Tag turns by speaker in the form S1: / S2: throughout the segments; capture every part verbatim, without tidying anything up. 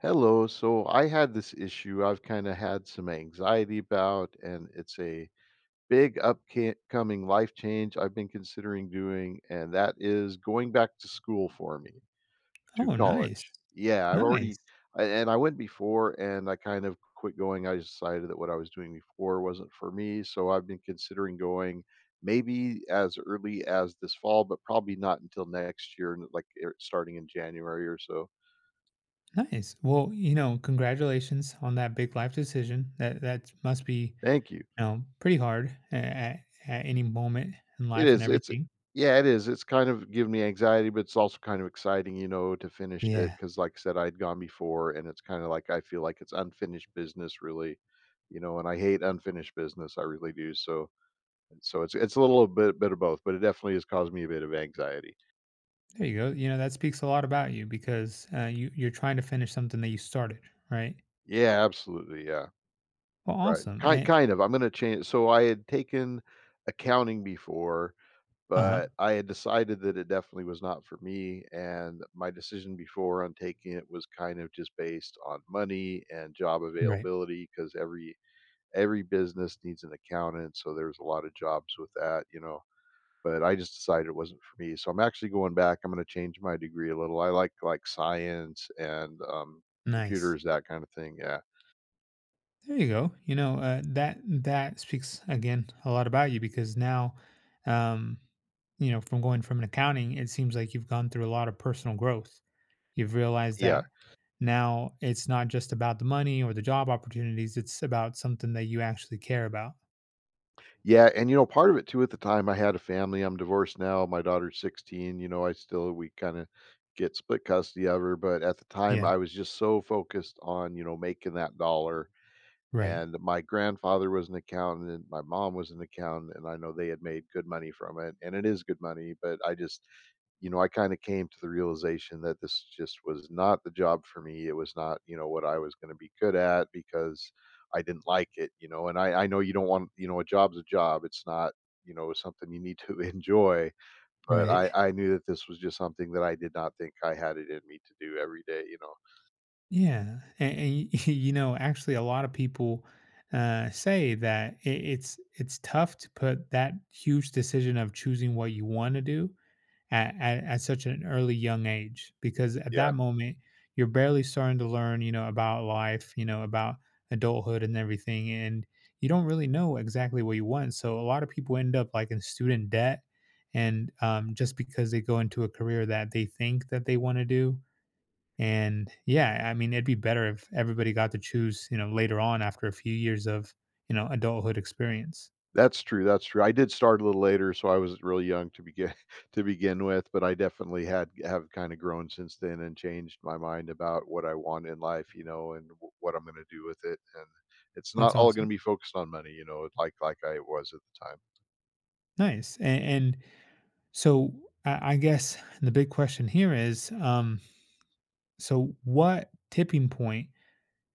S1: Hello. So I had this issue I've kind of had some anxiety about, and it's a big upcoming life change I've been considering doing, and that is going back to school for me, to
S2: Oh, nice.
S1: college. Yeah, I've
S2: Nice.
S1: already, a- and I went before and I kind of quit going. I decided that what I was doing before wasn't for me. So I've been considering going maybe as early as this fall, but probably not until next year, n- like er, starting in January or so.
S2: Nice. Well, you know, congratulations on that big life decision. That that must be,
S1: Thank you.
S2: you know, pretty hard at, at, any moment in
S1: It
S2: life and
S1: is, it's,
S2: everything.
S1: yeah, it is, it's kind of giving me anxiety, but it's also kind of exciting, you know, to finish it
S2: Yeah.
S1: because, like I said, I'd gone before and it's kinda like I feel like it's unfinished business really, you know, and I hate unfinished business, I really do, so so it's it's a little bit bit of both, but it definitely has caused me a bit of anxiety.
S2: There you go. You know, that speaks a lot about you because uh, you you're trying to finish something that you started, right?
S1: Yeah, absolutely, yeah,
S2: Well,
S1: right.
S2: awesome.
S1: Kind
S2: And
S1: kind of, I'm gonna change so I had taken accounting before.
S2: uh-huh.
S1: But I had decided that it definitely was not for me, and my decision before on taking it was kind of just based on money and job
S2: Right.
S1: availability, because every every business needs an accountant, so there's a lot of jobs with that, you know? But I just decided it wasn't for me, so I'm actually going back, I'm gonna change my degree a little, I like, like, science and, um,
S2: Nice.
S1: computers, that kind of thing, yeah.
S2: There you go. You know, uh, that that speaks again a lot about you because now, um, you know, from going from an accounting, it seems like you've gone through a lot of personal growth. You've realized
S1: Yeah.
S2: that now it's not just about the money or the job opportunities, it's about something that you actually care about.
S1: Yeah, and, you know, part of it too at the time, I had a family, I'm divorced now, my daughter's sixteen, you know, I still we kinda get split custody of her, but at the time,
S2: Yeah.
S1: I was just so focused on, you know, making that dollar,
S2: Right.
S1: and my grandfather was an accountant, my mom was an accountant, and I know they had made good money from it, and it is good money, but I just, you know, I kinda came to the realization that this just was not the job for me. It was not, you know, what I was gonna be good at because I didn't like it, you know, and I I know you don't want, you know, a job's a job. It's not, you know, something you need to enjoy, but
S2: Right.
S1: I I knew that this was just something that I did not think I had it in me to do every day, you know?
S2: Yeah. And, and y- you know, actually a lot of people uh, say that it, it's it's tough to put that huge decision of choosing what you want to do at, at, at such an early young age because at
S1: Yeah.
S2: that moment you're barely starting to learn, you know, about life, you know, about adulthood and everything. And you don't really know exactly what you want, so a lot of people end up like in student debt and um, just because they go into a career that they think that they want to do. And yeah, I mean, it'd be better if everybody got to choose, you know, later on after a few years of, you know, adulthood experience.
S1: That's true, that's true. I did start a little later, so I was really young to begin to begin with, but I definitely had have kinda grown since then and changed my mind about what I want in life, you know, and w what I'm gonna do with it, and it's
S2: That's
S1: not all gonna
S2: awesome.
S1: be focused on money, you know, like like I was at the time.
S2: Nice. And, so I I guess the big question here is, um, so what tipping point,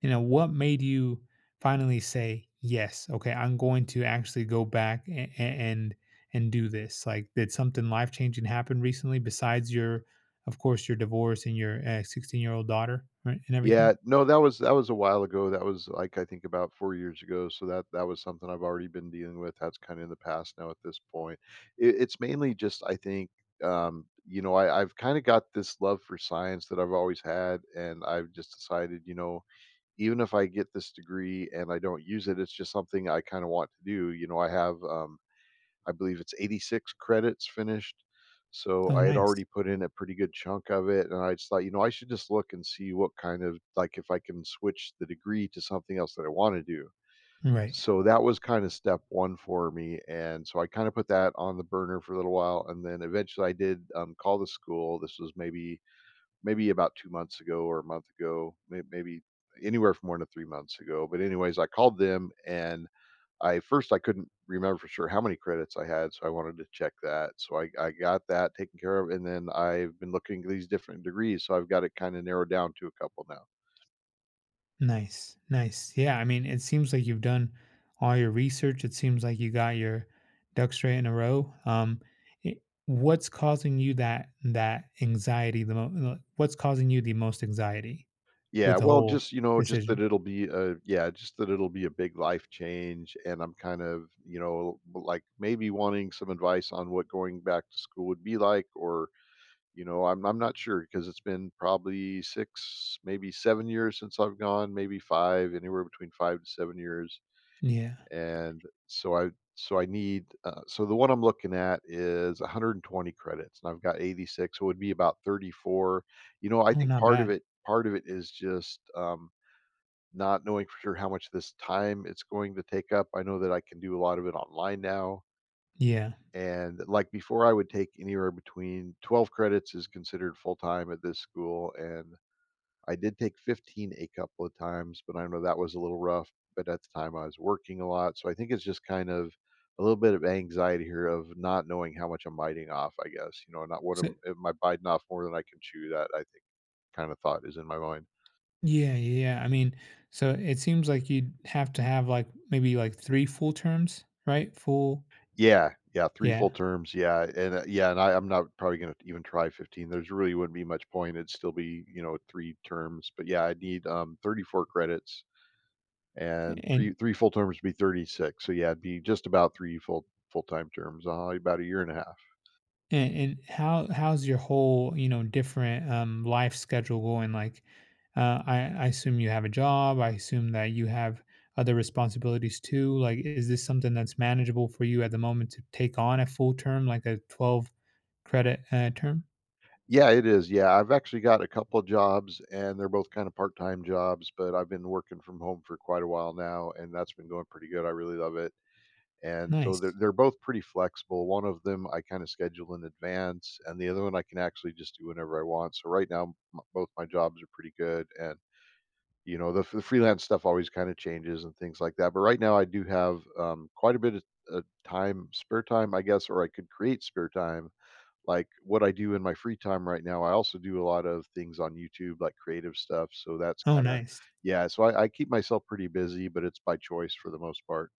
S2: you know, what made you finally say, yes, okay, I'm going to actually go back and and, and do this? Like, did something life changing happen recently besides your, of course, your divorce and your sixteen year old daughter, right, and everything?
S1: Yeah, no, that was that was a while ago, that was, like, I think about four years ago, so that that was something I've already been dealing with, that's kinda in the past now at this point. It it's mainly just, I think, um, you know, I I've kinda got this love for science that I've always had, and I've just decided, you know, even if I get this degree and I don't use it, it's just something I kinda want to do, you know, I have, um I believe it's eighty-six credits finished. So
S2: Oh,
S1: I had
S2: nice.
S1: already put in a pretty good chunk of it, and I just thought, you know, I should just look and see what kind of, like, if I can switch the degree to something else that I want to do.
S2: Right.
S1: So that was kind of step one for me, and so I kind of put that on the burner for a little while, and then eventually I did, um, call the school. This was maybe maybe about two months ago or a month ago, may- maybe anywhere from one to three months ago. But anyways, I called them and I first I couldn't remember for sure how many credits I had, so I wanted to check that. So I I got that taken care of, and then I've been looking at these different degrees, so I've got it kinda narrowed down to a couple now.
S2: Nice, nice. Yeah, I mean, it seems like you've done all your research. It seems like you got your ducks straight in a row. Um, i- what's causing you that that anxiety? The mo- like, what's causing you the most anxiety with
S1: Yeah,
S2: the
S1: well,
S2: whole
S1: just, you know, just
S2: decision?
S1: that it'll be a yeah, just that it'll be a big life change, and I'm kind of, you know, like, maybe wanting some advice on what going back to school would be like, or, you know, I'm I'm not sure because 'cause it's been probably six, maybe seven years since I've gone, maybe five, anywhere between five to seven years.
S2: Yeah.
S1: And so I so I need, uh, so the one I'm looking at is one hundred twenty credits, and I've got eighty-six, so it would be about thirty-four. You know, I
S2: Oh,
S1: think
S2: not
S1: part of
S2: bad.
S1: it part of it is just, um, not knowing for sure how much this time it's going to take up. I know that I can do a lot of it online now,
S2: Yeah.
S1: and like before, I would take anywhere between twelve credits is considered full time at this school, and I did take fifteen a couple of times, but I know that was a little rough. But at the time, I was working a lot. So I think it's just kind of a little bit of anxiety here of not knowing how much I'm biting off, I guess. You know, not what
S2: So
S1: am, am I biting off more than I can chew? That I think kind of thought is in my mind.
S2: yeah, yeah, yeah. I mean, so it seems like you'd have to have like maybe like three full terms, right? Full.
S1: Yeah. Yeah. Three
S2: Yeah.
S1: full terms. Yeah. And, uh, yeah. And I, I'm not probably going to even try fifteen. There's really wouldn't be much point. It'd still be, you know, three terms. But yeah, I need, um, thirty-four credits. And
S2: And
S1: 3 3 full terms would be thirty-six, so yeah, it'd be just about three full full-time terms, uh, about a year and a half.
S2: And, and how how's your whole, you know, different um, life schedule going? Like, uh, I, I assume you have a job. I assume that you have other responsibilities too. Like, is this something that's manageable for you at the moment to take on a full term, like a twelve credit uh, term?
S1: Yeah, it is, yeah, I've actually got a couple of jobs, and they're both kinda part-time jobs, but I've been working from home for quite a while now, and that's been going pretty good, I really love it, and so they're
S2: Nice.
S1: they're both pretty flexible, one of them I kinda schedule in advance, and the other one I can actually just do whenever I want, so right now, m both my jobs are pretty good, and you know, the the freelance stuff always kinda changes and things like that, but right now I do have, um, quite a bit of, uh, time spare time, I guess, or I could create spare time. Like, what I do in my free time right now, I also do a lot of things on YouTube, like creative stuff, so that's
S2: Oh,
S1: kinda,
S2: nice.
S1: yeah, so I I keep myself pretty busy, but it's by choice for the most part.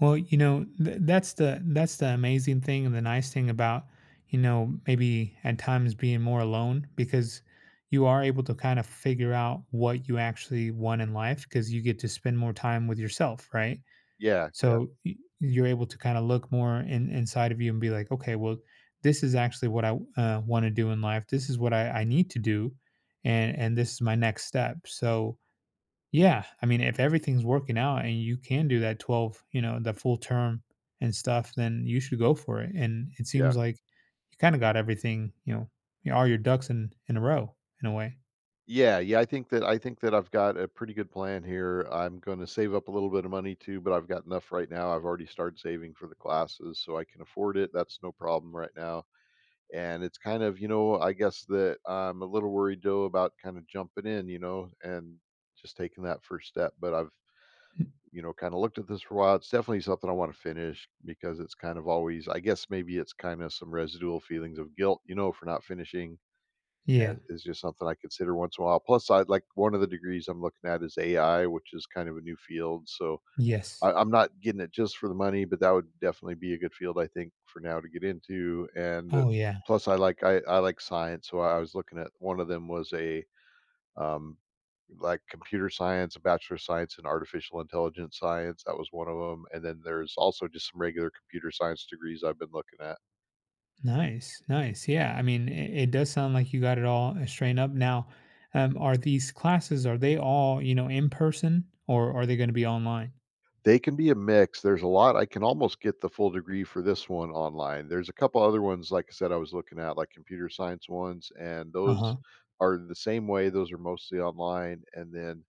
S2: Well, you know, th- that's the that's the amazing thing and the nice thing about, you know, maybe at times being more alone, because you are able to kind of figure out what you actually want in life because you get to spend more time with yourself, right?
S1: Yeah, yeah,
S2: So y- you're able to kind of look more in, inside of you and be like, okay, well, this is actually what I uh, want to do in life. This is what I, I need to do, and and this is my next step. So yeah, I mean, if everything's working out and you can do that twelve, you know, the full term and stuff, then you should go for it. And it
S1: yeah.
S2: seems like you kind of got everything, you know, you- all your ducks in in a row, in a way.
S1: Yeah, yeah, I think that I think that I've got a pretty good plan here. I'm gonna save up a little bit of money too, but I've got enough right now. I've already started saving for the classes, so I can afford it. That's no problem right now. And it's kind of, you know, I guess that I'm a little worried though about kind of jumping in, you know, and just taking that first step. But I've,
S2: N-
S1: you know, kind of looked at this for a while. It's definitely something I want to finish because it's kind of always, I guess maybe it's kind of some residual feelings of guilt, you know, for not finishing, uh,
S2: Yeah.
S1: is just something I consider once in a while. Plus, I like one of the degrees I'm looking at is A I, which is kind of a new field. So
S2: Yes.
S1: I, I'm not getting it just for the money, but that would definitely be a good field I think for now to get into. And, uh,
S2: Oh yeah.
S1: plus, I like I, I like science, so I was looking at one of them was a, um, like, computer science, a bachelor of science in artificial intelligence science. That was one of them. And then there's also just some regular computer science degrees I've been looking at.
S2: Nice. Nice. Yeah. I mean, it, it does sound like you got it all uh, strained up now. Um, are these classes, are they all, you know, in person or are they going to be online?
S1: They can be a mix. There's a lot I can almost get the full degree for this one online. There's a couple other ones, like I said, I was looking at, like computer science ones, and those
S2: Uh-huh.
S1: are the same way. Those are mostly online. And then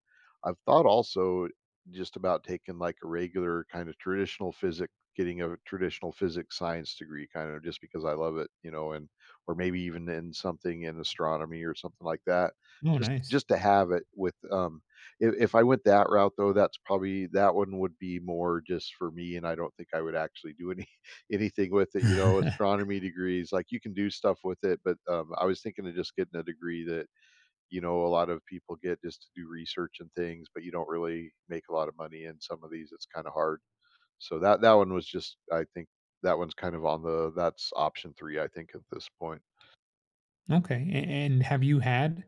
S1: I've thought also just about taking like a regular kind of traditional physics, getting a traditional physics science degree, kind of just because I love it, you know, and or maybe even in something in astronomy or something like that.
S2: Oh,
S1: Just
S2: nice.
S1: just to have it with, um if if I went that route though, that's probably that one would be more just for me, and I don't think I would actually do any anything with it, you know, astronomy degrees, like, you can do stuff with it, but, um, I was thinking of just getting a degree that, you know, a lot of people get just to do research and things, but you don't really make a lot of money in some of these, it's kinda hard. So that that one was just, I think that one's kind of on the that's option three, I think, at this point.
S2: Okay. a- And have you had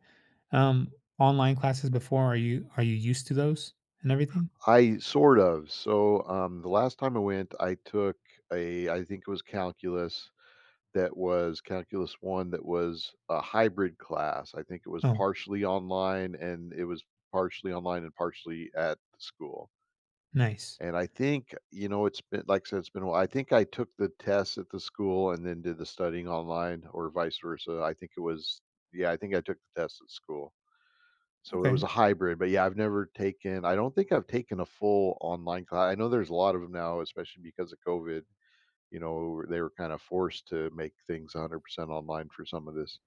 S2: um online classes before? Are you are you used to those and everything?
S1: I sort of. So, um, the last time I went, I took a I think it was calculus, that was Calculus one that was a hybrid class. I think it was
S2: Oh,
S1: partially online and it was partially online and partially at the school.
S2: nice.
S1: And I think, you know, it's been like I said, it's been a while. I think I took the tests at the school and then did the studying online or vice versa. I think it was yeah, I think I took the tests at school. So it was a
S2: Okay.
S1: hybrid, but yeah, I've never taken I don't think I've taken a full online class. I know there's a lot of them now, especially because of COVID, you know, they were kind of forced to make things one hundred percent online for some of this.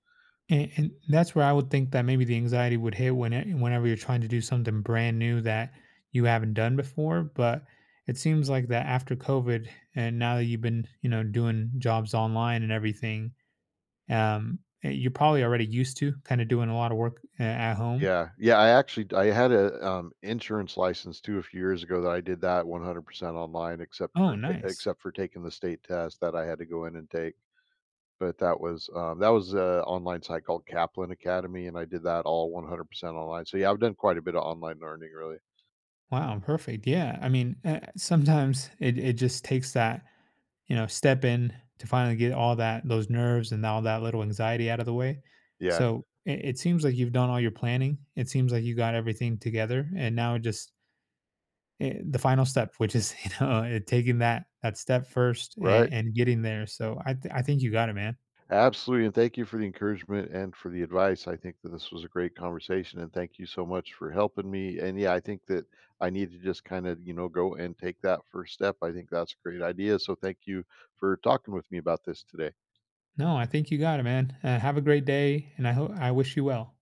S2: And, and that's where I would think that maybe the anxiety would hit when it- whenever you're trying to do something brand new that you haven't done before. But it seems like that after COVID and now that you've been, you know, doing jobs online and everything, um, eh, you're probably already used to kind of doing a lot of work uh, at home.
S1: Yeah, yeah, I actually I had a, um, insurance license too a few years ago that I did that one hundred percent online except
S2: Oh,
S1: for ta
S2: nice.
S1: except for taking the state test that I had to go in and take. But that was, um, that was an online site called Kaplan Academy, and I did that all one hundred percent online. So yeah, I've done quite a bit of online learning really.
S2: Wow, perfect. Yeah. I mean, uh, sometimes it, it just takes that, you know, step in to finally get all that, those nerves and all that little anxiety out of the way.
S1: Yeah,
S2: So it, it seems like you've done all your planning. It seems like you got everything together. And now it just, eh, the final step, which is, you know, eh, taking that, that step first
S1: right.
S2: and, and getting there. So I, th- I think you got it, man.
S1: Absolutely, and thank you for the encouragement and for the advice. I think that this was a great conversation, and thank you so much for helping me. And yeah, I think that I need to just kind of, you know, go and take that first step. I think that's a great idea. So thank you for talking with me about this today.
S2: No, I think you got it, man. Uh, have a great day. And I hope, I wish you well.